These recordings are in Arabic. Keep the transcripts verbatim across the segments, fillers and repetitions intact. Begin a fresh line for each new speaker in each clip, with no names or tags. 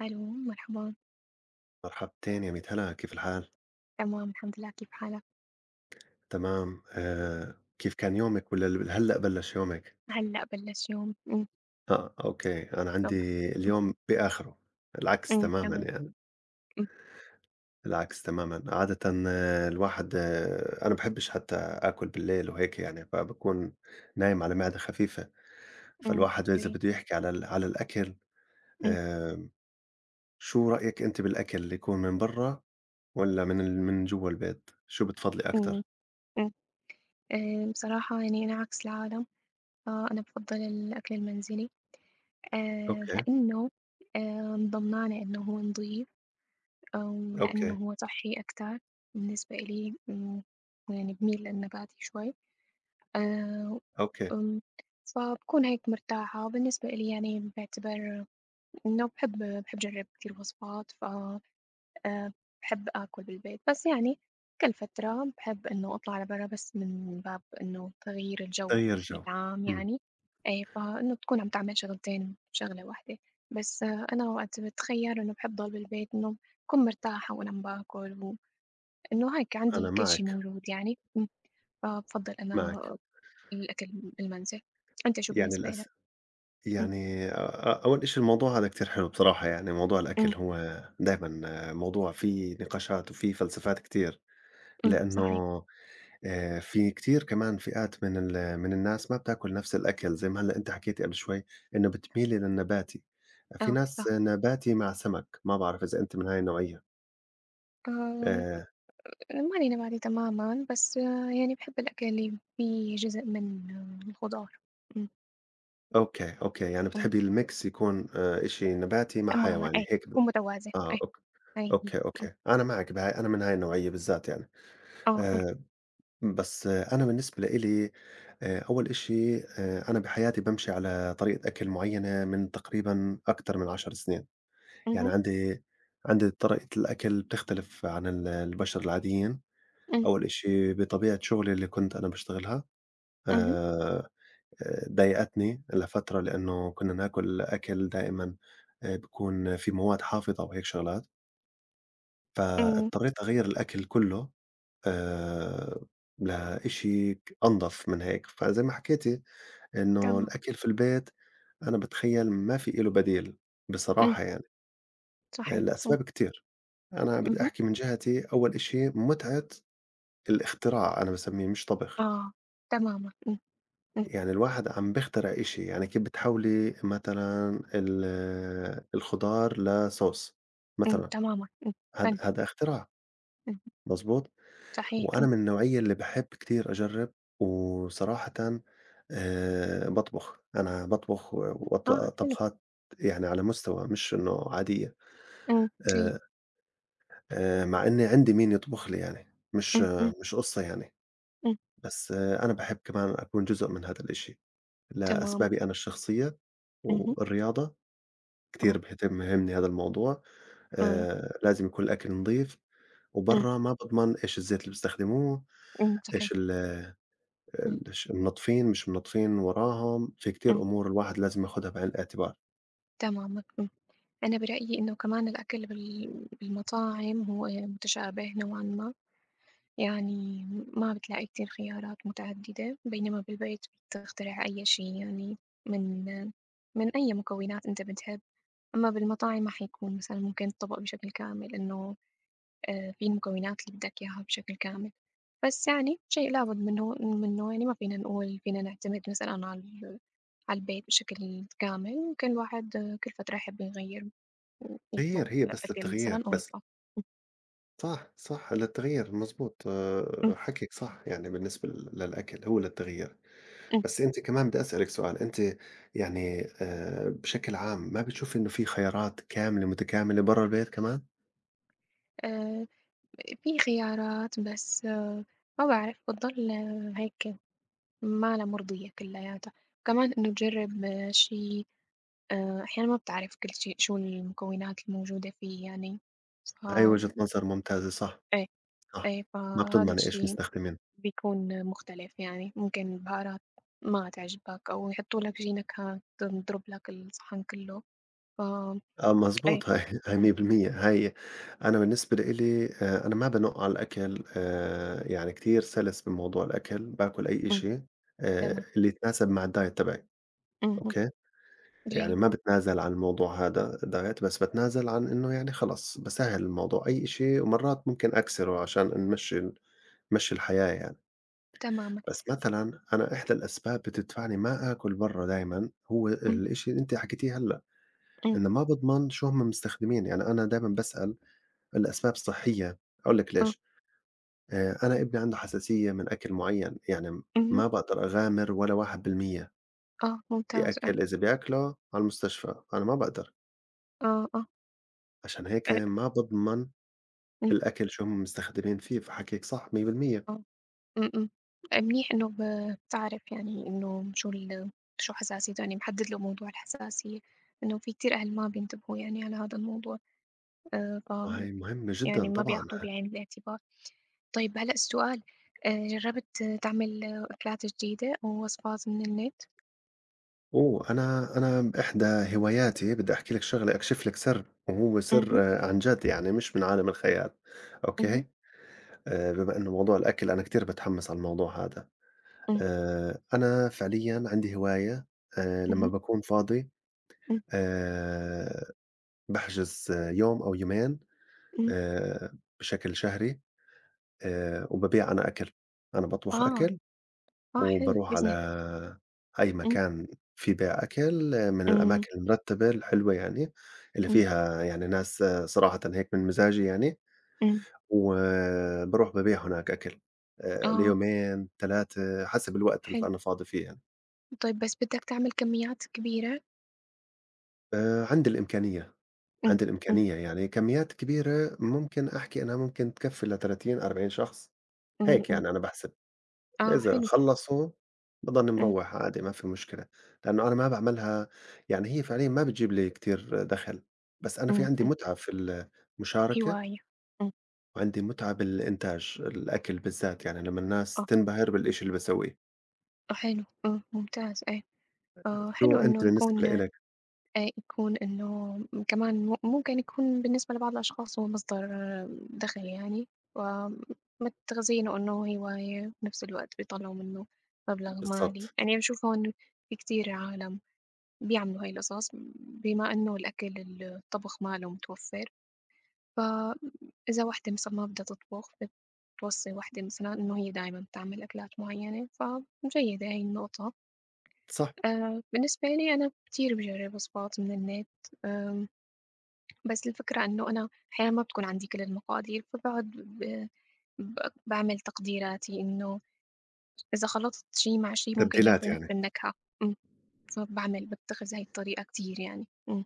ألو، مرحبًا.
مرحبتين يا ميت هلا، كيف الحال؟
تمام الحمد لله، كيف حالك؟
تمام. آه، كيف كان يومِك والّا ال هلأ بلّش يومِك؟
هلّأ بلّش يوم، إمم،
آه، أوكي، أنا عندي
الصبح.
اليوم بآخره، العكس
إمم،
تمامًا
تمام.
يعني،
إمم،
العكس تمامًا عادةً. آه، الواحد آه، أنا ما باحبش حتى آكل بالليل وهيك يعني، فباكون نايم على معدة خفيفة.
إمم.
فالواحد إذا
حلوين.
بده يحكي على ال على الأكل،
إمم،
آآ، شو رأيِك أنتِ بالأكل اللي يكون من برّا والّا من ال من جوّا البيت؟ شو بتفضلي
إمم،
أكتر؟
إمم. آآ، بصراحة يعني أنا عكس العالم، فأنا بافضّل الأكل المنزلي. آآ،
أوكي،
لإنه آمم، ضمنانة إنه هو نضيف، ولإنه
أوكي،
هو صحّي أكتر بالنسبة إلي. إمم، يعني باميل للنباتي شوي. آآ،
أوكي.
وآمم، فباكون هيك مرتاحة، وبالنسبة إلي يعني باعتبر إنه باحب باحب أجرّب كتير وصفات ف آآ باحب آكل بالبيت، بس يعني كل فترة باحب إنه أطلع لبرّا بس من باب إنه تغيير الجو
غيّر جو.
العام
إمم.
يعني. إيه، فإنه تكون عم تعمل شغلتين بشغلة واحدة، بس آه، أنا وقت باتخيّر إنه باحب ضل بالبيت إنه بكون مرتاحة وأنا عم باكل، وإنه هيك
أنا
عندي كل شي
معِك،
موجود يعني. إمم، فبافضّل
معِك.
أنا الأكل بالمنزل. أنت شو
يعني
بالنسبة إلك؟
الأس
إمم،
يعني أ أ أول إشي الموضوع هذا كتير حلو بصراحة، يعني موضوع الأكل
إمم،
هو دايمًا موضوع فيه نقاشات وفيه فلسفات كتير،
إمم،
لإنه
صحيح.
آآ في كتير كمان فئات من ال من الناس ما بتاكل نفس الأكل، زي ما هلّأ أنتِ حكيتِ قبل شوي إنه بتميلي للنباتي، في
آه،
ناس
صح.
نباتي مع سمك، ما بعرف إذا أنتِ من هاي النوعية.
آمم
آآ
ما علينا ما عليه تمامًا، بس آه، يعني باحب الأكل اللي فيه جزء من آه، الخضار. إمم،
أوكي، أوكي، يعني
إمم،
بتحبّي الmix يكون آآ إشي نباتي مع
تمامًا
حيواني،
أي،
هيك.
يكون متوازن
آه،
أي.
أوك
أي هي.
أوكي،
إمم،
أوكي، أنا معك بهاي، أنا من هاي النوعية بالذات يعني.
آه حلو.
آآ بس آه أنا بالنسبة لإلي آآ أول إشي، آآ أنا بحياتي بامشي على طريقة أكل معيّنة من تقريبًا أكتر من عشر سنين، يعني
اهم،
عندي عندي طريقة الأكل بتختلف عن ال البشر العاديين.
إمم،
أول إشي بطبيعة شغلي اللي كنت أنا باشتغلها
اهم،
آآ ضايقتني لفترة، لإنه كنا ناكل أكل دائمًا آآ بيكون في مواد حافظة وهيك شغلات.
إمم، أم،
فاضطريت أغيّر الأكل كلّه آآ لإشي ك أنضف من هيك. فزي ما حكيتِ إنه
تمام،
الأكل في البيت أنا باتخيّل ما في إله بديل
إمم،
بصراحة يعني، آآ
صحيح، أم،
لأسباب كتير. أنا
إمم،
بدي
اهم،
أحكي من جهتي أول إشي متعة الاختراع، أنا باسميه مش طبخ،
آه، تمامًا، إمم، إمم،
يعني الواحد عم بيخترع إشي. يعني كيف بتحوّلي مثلًا ال الخضار لSauce
إمم،
مثلًا،
تمامًا، إمم،
هاد
فن،
هذا اختراع،
إمم،
مضبوط؟
صحيح،
وأنا
إمم،
من النوعية اللي باحب كتير أجرّب، وصراحةً آآ باطبخ، أنا باطبخ و وط
آه حلو،
طبخات يعني على مستوى مش إنه عادية.
إمم، جيد،
آآ آآ مع إني عندي مين يطبخ لي يعني، مش
إمم، إمم،
آه، مش قصّة يعني،
إمم،
بس آه، أنا باحب كمان أكون جزء من هذا الإشي،
تمامًا،
لأسبابي أنا الشخصية.
اهم،
والرياضة
آه،
كتير بيهتم يهمني هذا الموضوع،
آه،
آآ لازم يكون الأكل نضيف،
إمم،
وبرّا ما باضمن إيش الزيت اللي بيستخدموه،
إمم، صحيح،
إيش ال
إمم،
الش منطفين، مش منطفين وراهم، في كتير
إمم،
أمور الواحد لازم ياخدها بعين الاعتبار.
تمامًا، إمم. أنا برأيي إنه كمان الأكل بال بالمطاعم هو متشابه نوعًا ما، يعني ما بتلاقي كتير خيارات متعددة، بينما بالبيت بتخترع أي شي يعني من من أي مكونات أنت بتحب. أما بالمطاعم ما حيكون مثلًا ممكن الطبق بشكل كامل إنه آآ في المكونات اللي بدك إياها بشكل كامل، بس يعني شيء لابد منه منه يعني ما فينا نقول فينا نعتمد مثلًا على ال على البيت بشكل كامل. ممكن الواحد آه، كل فترة يحب يغير، يطلب
تغيير هي بس
أكل مثلًا
للتغيير
أو
بس.
يطلع.
صح، صح، للتغيير مضبوط. آآ، حكيك صح يعني، بالنسبة ل للأكل هو للتغيير، بس أنتِ كمان بدي أسألِك سؤال، أنتِ يعني آآ، بشكل عام ما بتشوفي إنه في خيارات كاملة متكاملة برّا البيت كمان؟
آآ في خيارات بس آه، ما باعرف بتضل آه، هيك ما لها مرضية كلّياتها، وكمان إنه تجرّب آه، شي آآ أحيانًا ما بتعرف كل شي شو المكونات الموجودة فيه يعني، ف.
هاي وجهة نظر ممتازة، صح،
إيه،
صح،
إيه،
ما
فهذا
بتضمني إيش
الشي
مستخدمين.
بيكون مختلف يعني، ممكن البهارات ما تعجبك أو يحطوا لك شي نكهة تضرب لك الصحن كلّه، ف.
آه
إيه.
مضبوط، هاي هاي
إمم،
مية بالمية، هاي أنا بالنسبة لإلي، آه، أنا ما بانُق على الأكل. آآ، يعني كتير سَلِس بموضوع الأكل، باكل أي
إمم،
إشي آآ،
تمام.
اللي يتناسب مع الdiet تبعي،
اهم.
أوكي؟ يعني
جيد.
ما باتنازل عن الموضوع هذا الdiet، بس باتنازل عن إنه يعني خلص باسهّل الموضوع، أي إشي. ومرّات ممكن أكسره عشان نمشّي ال نمشّي الحياة يعني.
تمامًا.
بس مثلًا أنا إحدى الأسباب بتدفعني ما آكل برّا دايمًا هو
إمم،
الإشي اللي أنتِ حكيتيه هلّأ،
إمم،
إنه ما باضمن شو هم مستخدمين. يعني أنا دايمًا باسأل. الأسباب صحية، هاقول لك
آه،
ليش. آآ أنا ابني عنده حساسية من أكل معيّن، يعني
اهم،
ما باقدر أغامر ولا واحد بالمية
آه،
في
ممتاز، آه،
أكل، إذا بياكله على المستشفى أنا ما باقدر،
آه، آه،
عشان هيك
آآ،
ما باضمن
إمم،
الأكل شو هم مستخدمين فيه، فحكيك صح مية بالمية.
آه، إمم، إمم. آآ، منيح إنه ب بتعرف يعني إنه شو ال شو حساسيته، يعني محدد له موضوع الحساسية، إنه في كتير أهل ما بينتبهوا يعني على هذا الموضوع. آآ، ف
آه هي مهمة
يعني
جدًا
ما
طبعًا
بياخدوه
ه
بعين الاعتبار. طيب هلأ السؤال، آآ، جرّبت آه، تعمل آه، أكلات جديدة أو وصفات من النت؟
أوه، أنا أنا بإحدى هواياتي بدي أحكي لك شغلة، أكشف لك سر، وهو سر
اهم،
آه، عن جد يعني، مش من عالم الخيال،
اهم،
أوكي. آآ بما إنه موضوع الأكل أنا كتير باتحمس على الموضوع هذا.
إمم،
آآ أنا فعليًا عندي هواية. آآ لمّا
اهم،
باكون فاضي
إمم،
آآ باحجز يوم أو يومين
إمم،
آآ بشكل شهري آآ وبابيع أنا أكل، أنا باطبخ
آه،
أكل،
آه، حلو،
وباروح
بإذنك.
على أي
إمم،
مكان في بيع أكل، آه، من
إمم،
الأماكن المرتبة الحلوة يعني، اللي
إمم،
فيها يعني ناس، آه، صراحةً هيك من مزاجي يعني،
إمم.
وباروح بابيع هناك أكل آآ
آه،
ليومين، ثلاثة، حسب الوقت اللي ف
حلو.
أنا فاضي فيه يعني.
طيب بس بدّك تعمل كميّات كبيرة؟
آآ عندي الإمكانية،
إمم،
عندي
إمم،
الإمكانية، يعني كميات كبيرة ممكن أحكي إنها ممكن تكفّي لثلاثين، أربعين شخص،
إمم،
هيك
إمم.
يعني أنا باحسب.
آه،
إذا
حلو.
خلّصوا باضلني
إمم،
مروّح عادي، ما في مشكلة، لإنه أنا ما باعملها، يعني هي فعليًا ما بتجيب لي كتير دَخَل، بس أنا في
إمم،
عندي
إمم.
متعة في المشاركة،
هواية. إمم.
وعندي متعة بالإنتاج، الأكل بالذات، يعني لمّا الناس
آه،
تنبهر بالإشي اللي باسويه.
آه، حلو، إمم، ممتاز أي. آه،
شو
حلو
أنت
إنه
بالنسبة
يكون.
لإلك؟
آآ، يكون إنه م كمان م ممكن يكون بالنسبة لبعض الأشخاص هو مصدر آه، دخل يعني، وما تتخزينه إنه هواية وبنفس الوقت بيطلّعوا منّه مبلغ مالي،
بالضبط.
يعني باشوف هون في كتير عالم بيعملوا هاي القصص بما إنه الأكل الطبخ ما له متوفّر. فإذا واحدة مثلًا ما بدها تطبخ بتوصّي واحدة مثلًا إنه هي دايمًا بتعمل أكلات معيّنة، فجيدة هاي النقطة.
صح.
آآ، بالنسبة لي أنا كتير باجرّب وصفات من النت. آمم، بس الفكرة إنه أنا أحيانًا ما بتكون عندي كل المقادير، فباقعد ب ب باعمل تقديراتي إنه إذا خلطت شي مع شي ممكن
تبديلات
يعطي نفس
يعني.
النكهة. إمم، فباعمل باتّخذ هاي الطريقة كتير يعني. إمم،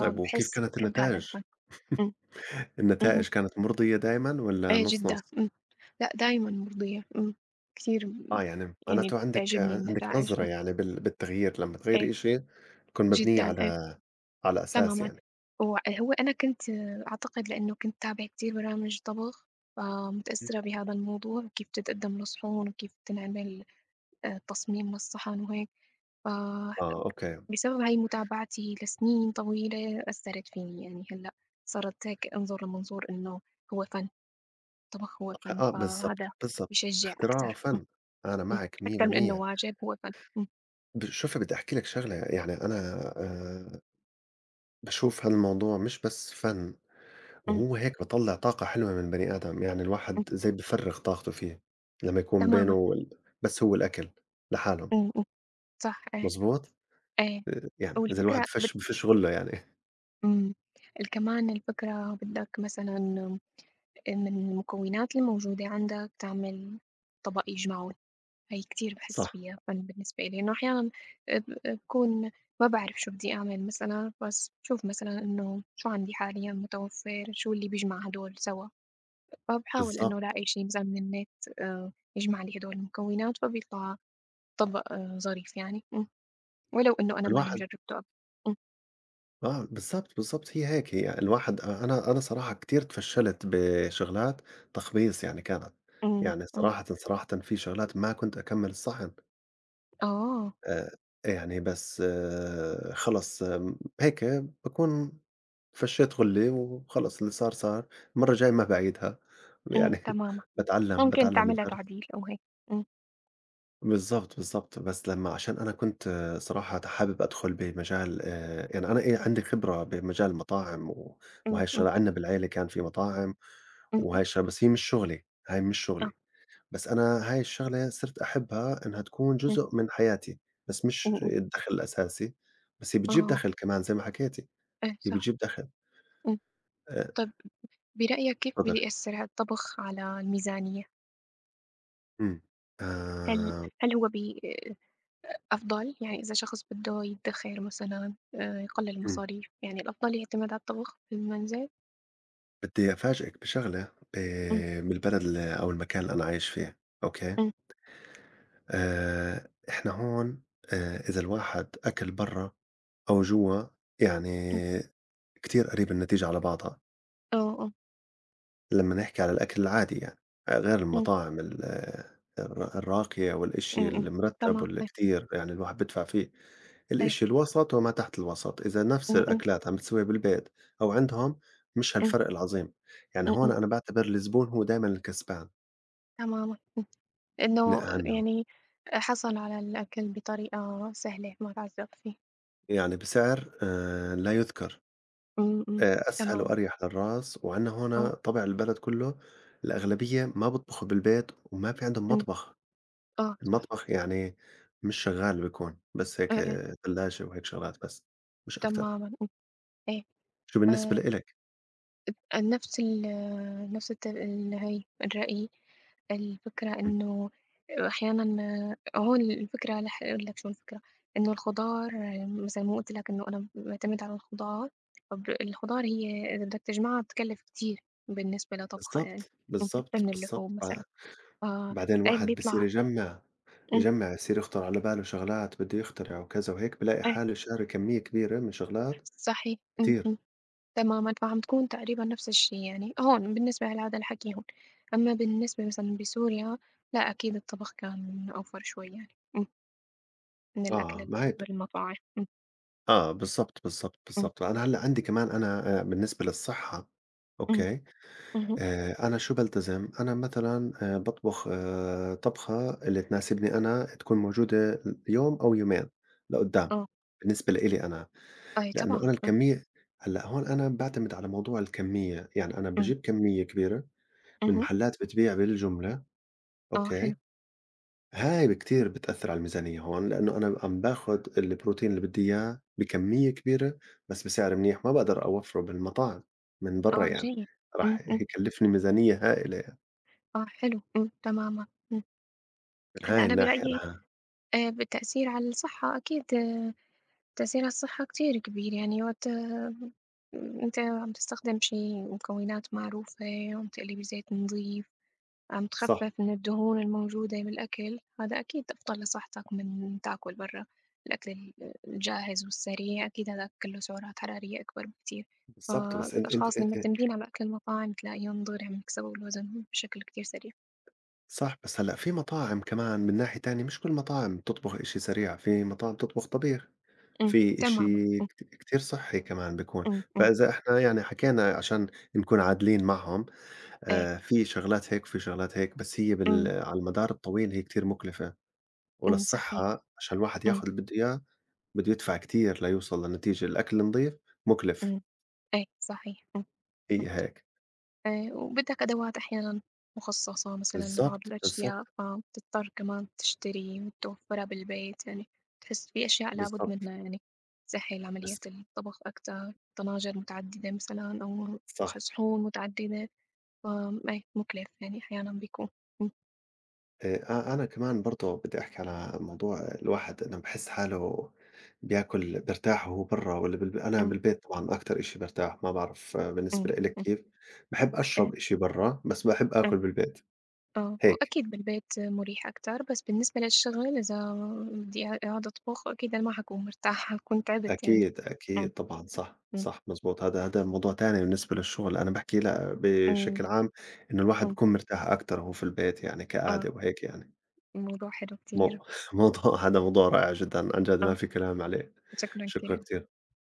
طيب وكيف كانت
باحب هذا
النتايج؟
الفن. إمم، اهم،
النتائج كانت مرضية دايمًا والّا
إيه
نُص،
جدًا.
نُص؟
لأ دايمًا مرضية. إمم، كتير م
آه، يعني
يعني
معناته عندِك
بتعجبني
عندِك
النتائج
نظرة
و.
يعني بال بالتغيير، لمّا
إيه
تغيّري إشي تكون مبنية
جدًا، إيه
على على أساس
تمامًا.
يعني.
وهو أنا كنت آه، أعتقد لإنه كنت أتابع كتير برامج طبخ
إمم.
فمتأثرة بهذا الموضوع، كيف تتقدم الصحون وكيف تنعمل آآ تصميم للصحن وهيك، ف
آه، أوكي.
بسبب هاي متابعتي لسنين طويلة أثّرت فيني يعني هلأ صرت هيك أنظر لمنظور إنه هو فن، الطبخ هو فن،
آه، بالضبط،
فهذا
بالضبط.
بيشجع
اختراع
أكتر.
وفن، أنا
إمم،
معِك
أكتر من إنه
مية بالمية.
واجب هو فن. إمم،
ب شوفي بدي أحكي لِك شغلة، يعني أنا آآ باشوف هالموضوع مش بس فن،
إمم،
وهو هيك بيطلّع طاقة حلوة من البني آدم، يعني
إمم،
الواحد زي بيفرّغ طاقته فيه لمّا يكون بينه
تمامًا،
وال بس هو الأكل لحاله،
إمم، إمم، صح إيه،
مضبوط؟
إيه،
آآ يعني إذا الواحد ما
والفكرة بت
فيش ما فيش غُلّة يعني.
إمم، ال كمان الفكرة بدّك مثلًا من المكونات الموجودة عندك تعمل طبق يجمعه. هي كتير باحس
صح.
فيها فن بالنسبة إلي، إنه أحيانًا ب باكون ما باعرف شو بدي أعمل مثلًا، بس باشوف مثلًا إنه شو عندي حاليًا متوفّر، شو اللي بيجمع هدول سوا، فباحاول
بالضبط.
إنه لاقي شي مثلًا من النت آآ يجمع لي هدول المكونات، فبيطلع طبق آه، ظريف يعني. إمم، ولو إنه أنا ماني
الواحد،
جرّبته قبل. إمم،
آه، بالضبط، بالضبط، هي هيك هي الواحد. أ أنا أنا صراحة كتير اتفشّلت بشغلات، تخبيص يعني كانت.
إمم،
يعني
إمم،
صراحةً، صراحةً في شغلات ما كنت أكمّل الصحن.
آه،
آآ يعني بس آه، خلص آمم هيك باكون فشّيت غُلّة، وخلص اللي صار، صار. المرّة الجاية ما باعيدها
إمم،
يعني.
تمامًا،
باتعلّم،
ممكن
باتعلّم
تعمل لها
الدرس.
تعديل أو هيك. إمم،
بالضبط، بالضبط. بس لمّا عشان أنا كنت صراحة حابب أدخل بمجال آآ يعني أنا إيه، عندي خبرة بمجال المطاعم، و وهاي
إمم، إمم،
الشغلة، عندنا بالعيلة كان في مطاعم
اهم،
وهاي الشغلة. بس هي مش شغلي، هاي مش
آه،
شغلي. بس أنا هاي الشغلة صرت أحبها، إنها تكون
إمم،
جزء من حياتي، بس
إمم،
مش
إمم،
الدخل الأساسي. بس هي بتجيب
آه،
دخل كمان زي ما حكيتِ،
إيه
هي
صح،
بتجيب دخل.
إمم.
آآ
طب برأيك كيف
اتفضلي.
بيأثّر هالطبخ على الميزانية؟
إمم. آآ
هل هل هو بي آه، أفضل يعني إذا شخص بده يدّخر مثلًا آآ، يقلل
إمم.
المصاريف، يعني الأفضل يعتمد على الطبخ في المنزل؟
بدي أفاجئِك بشغلة
إمم،
آآ من البلد ال أو المكان اللي أنا عايش فيه، أوكي؟
إمم،
آآ إحنا هون آآ إذا الواحد أكل برّا أو جوّا،
إمم،
يعني كتير قريب النتيجة على بعضها،
آه، آه،
لمّا نحكي على الأكل العادي يعني، آه، غير
إمم،
المطاعم ال آه، الر الراقية
إمم،
والإشي
إمم،
المرتّب،
تمام،
واللي
إيه،
كتير يعني الواحد بيدفع فيه.
إيه،
الإشي الوسط وما تحت الوسط، إذا نفس
إمم، إمم،
الأكلات عم تسويها بالبيت أو عندهم، مش
إمم،
هالفرق العظيم، يعني هون
إمم.
أنا باعتبر الزبون هو دايمًا الكسبان
تمامًا، إمم،
ل
إنه
عنها،
يعني حصل على الأكل بطريقة سهلة ما تعذّب فيه.
يعني بسعر آآ لا يُذكر.
إمم، إمم،
آآ أسهل
تمام،
وأريح للراس. وعندنا
آه،
هنا طبع البلد كلّه، الأغلبية ما بيطبخوا بالبيت وما في عندهم
إمم،
مطبخ،
آه، صح،
المطبخ يعني مش شغّال بيكون، بس هيك
إيه، إيه،
تلاجة وهيك شغلات بس، مش أكتر.
تمامًا، إمم، إيه.
شو بالنسبة
آآ،
لإلك؟
نفْس ال نفْس الت ال هي الرأي. الفكرة
إمم.
إنه أحيانًا هون الفكرة رح أقول لك شو الفكرة. إنه الخضار آه، مثلًا مو قُلت لك إنه أنا باعتمد على الخضار، طَب الخضار هي إذا بدك تجمعها بتكلّف كتير بالنسبة لطبخها يعني.
بالضبط،
إمم، أكتر
بالضبط،
من
بالضبط.
اللحوم
ب
مثلًا. آه،
بعدين
إيه
الواحد بصير
بيطلع.
يجمّع،
إمم،
يجمّع يصير يخطر على باله شغلات بده يخترع وكذا وهيك، بيلاقي
إيه
حاله شاري كمية كبيرة من شغلات
صحيح، إمم،
كتير.
إمم، تمامًا، فعم تكون تقريبًا نفس الشي يعني، هون بالنسبة لهذا الحكي هون. أمّا بالنسبة مثلًا بسوريا لأ أكيد الطبخ كان أوفر شوي يعني. إمم، من الأكل
آه،
ال
ما هي،
بالمطاعم. إمم،
آه، بالضبط، بالضبط،
إمم،
بالضبط. أنا هلّأ عندي كمان أنا آآ بالنسبة للصحّة،
إمم،
أوكي.
اهم،
آآ أنا شو بالتزم، أنا مثلًا آآ باطبخ آآ طبخة اللي تناسبني أنا، تكون موجودة يوم أو يومين لقدّام،
آه،
بالنسبة لإلي أنا،
أي
لإنه أنا
طبعًا، إمم،
الكمية هلّأ هون أنا باعتمد على موضوع الكمية، يعني أنا
إمم،
باجيب كمية كبيرة من
اهم،
محلات بتبيع بالجملة،
آه
أوكي.
حلو،
هاي كتير بتأثّر على الميزانية هون، لإنّه أنا عم باخُد البروتين اللي بدّي إياه بكمية كبيرة بس بسعر منيح، ما باقدر أوفّره بالمطاعم من برّا
آه
يعني،
جيد،
راح
إمم، إمم،
يكلّفني ميزانية هائلة يعني،
آه حلو، إمم، تمامًا، إمم.
من
هلأ
هاي
أنا
الناحية
برأيي
أنا.
آآ بالتأثير على الصحة أكيد آه، تأثير على الصحة كتير كبير يعني وقت أنت عم تستخدم شي مكونات معروفة، عم تقلي بزيت نضيف، عم
صح،
تخفف من الدهون الموجودة بالأكل، هذا أكيد أفضل لصحتك من تاكل برا. الأكل ال- الجاهز والسريع أكيد هذا كله سعرات حرارية أكبر بكتير،
بالضبط. بس أنت أنت
فالأشخاص اللي
أ أ
معتمدين على أكل المطاعم تلاقيهم دغري عم يكسبوا الوزن بشكل كتير سريع.
صح، بس هلّأ في مطاعم كمان من ناحية تانية مش كل المطاعم بتطبخ إشي سريع، في مطاعم بتطبخ طبيخ،
أمم،
في
تماما
إشي
أمم،
كت كتير صحّي كمان بيكون.
أمم، أمم،
فإذا إحنا يعني حكينا عشان نكون عادلين معهم،
إيه
آآ في شغلات هيك وفي شغلات هيك، بس هي بال
أمم،
على المدار الطويل هي كتير مُكلفة.
أمم، صحيح
وللصحّة عشان الواحد
أمم،
ياخُد اللي بده إياه، بده يدفع كتير ليوصل لنتيجة، الأكل النضيف مُكلف.
أمم، إيه صحيح أمم.
هي هيك.
آآ وبدّك أدوات أحيانًا مخصّصة مثلًا لبعض
بالضبط، بالضبط،
الأشياء، فبتضطر كمان تشتري متوفّرة بالبيت، يعني بتحس في أشياء لابد
بالضبط،
منّها يعني، تسهّل عملية
بس
الطبخ أكتر، طناجر متعدّدة مثلًا أو
صح.
خ صحون متعدّدة، ف إيه مُكلِف يعني أحيانًا بيكون. إمم،
آآ أ أنا كمان برضه بدي أحكي على موضوع الواحد، أنا باحس حاله بياكل بيرتاح وهو برّا والّا بالب أنا
إمم،
بالبيت طبعًا أكتر إشي بارتاح، ما بعرف آه، بالنسبة
إمم،
لإلِك
إمم،
كيف؟ باحب
إيه،
أشرب إشي برّا، بس باحب
إيه،
آكُل بالبيت،
آه،
هيك.
وأكيد بالبيت مُريح أكتر، بس بالنسبة للشغل إذا بدّي أ أقعد أطبخ أكيد أنا ما حاكون مرتاحة، حاكون تعبت يعني.
أكيد،
إمم،
أكيد طبعًا، صح،
إمم،
صح مضبوط. هذا هذا موضوع تاني بالنسبة للشغل، أنا باحكي لأ
إمم،
بشكل عام إنه الواحد
إمم،
بيكون مرتاح أكتر وهو في البيت يعني
آه.
كقعدة وهيك يعني.
الموضوع حلو
مو
كتير.
موضوع، هذا موضوع رائع جدًا عن جد، ما
آه،
في كلام عليه.
شكرًا
شكرًا
كتير
كتير،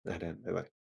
أهلًا، باي باي.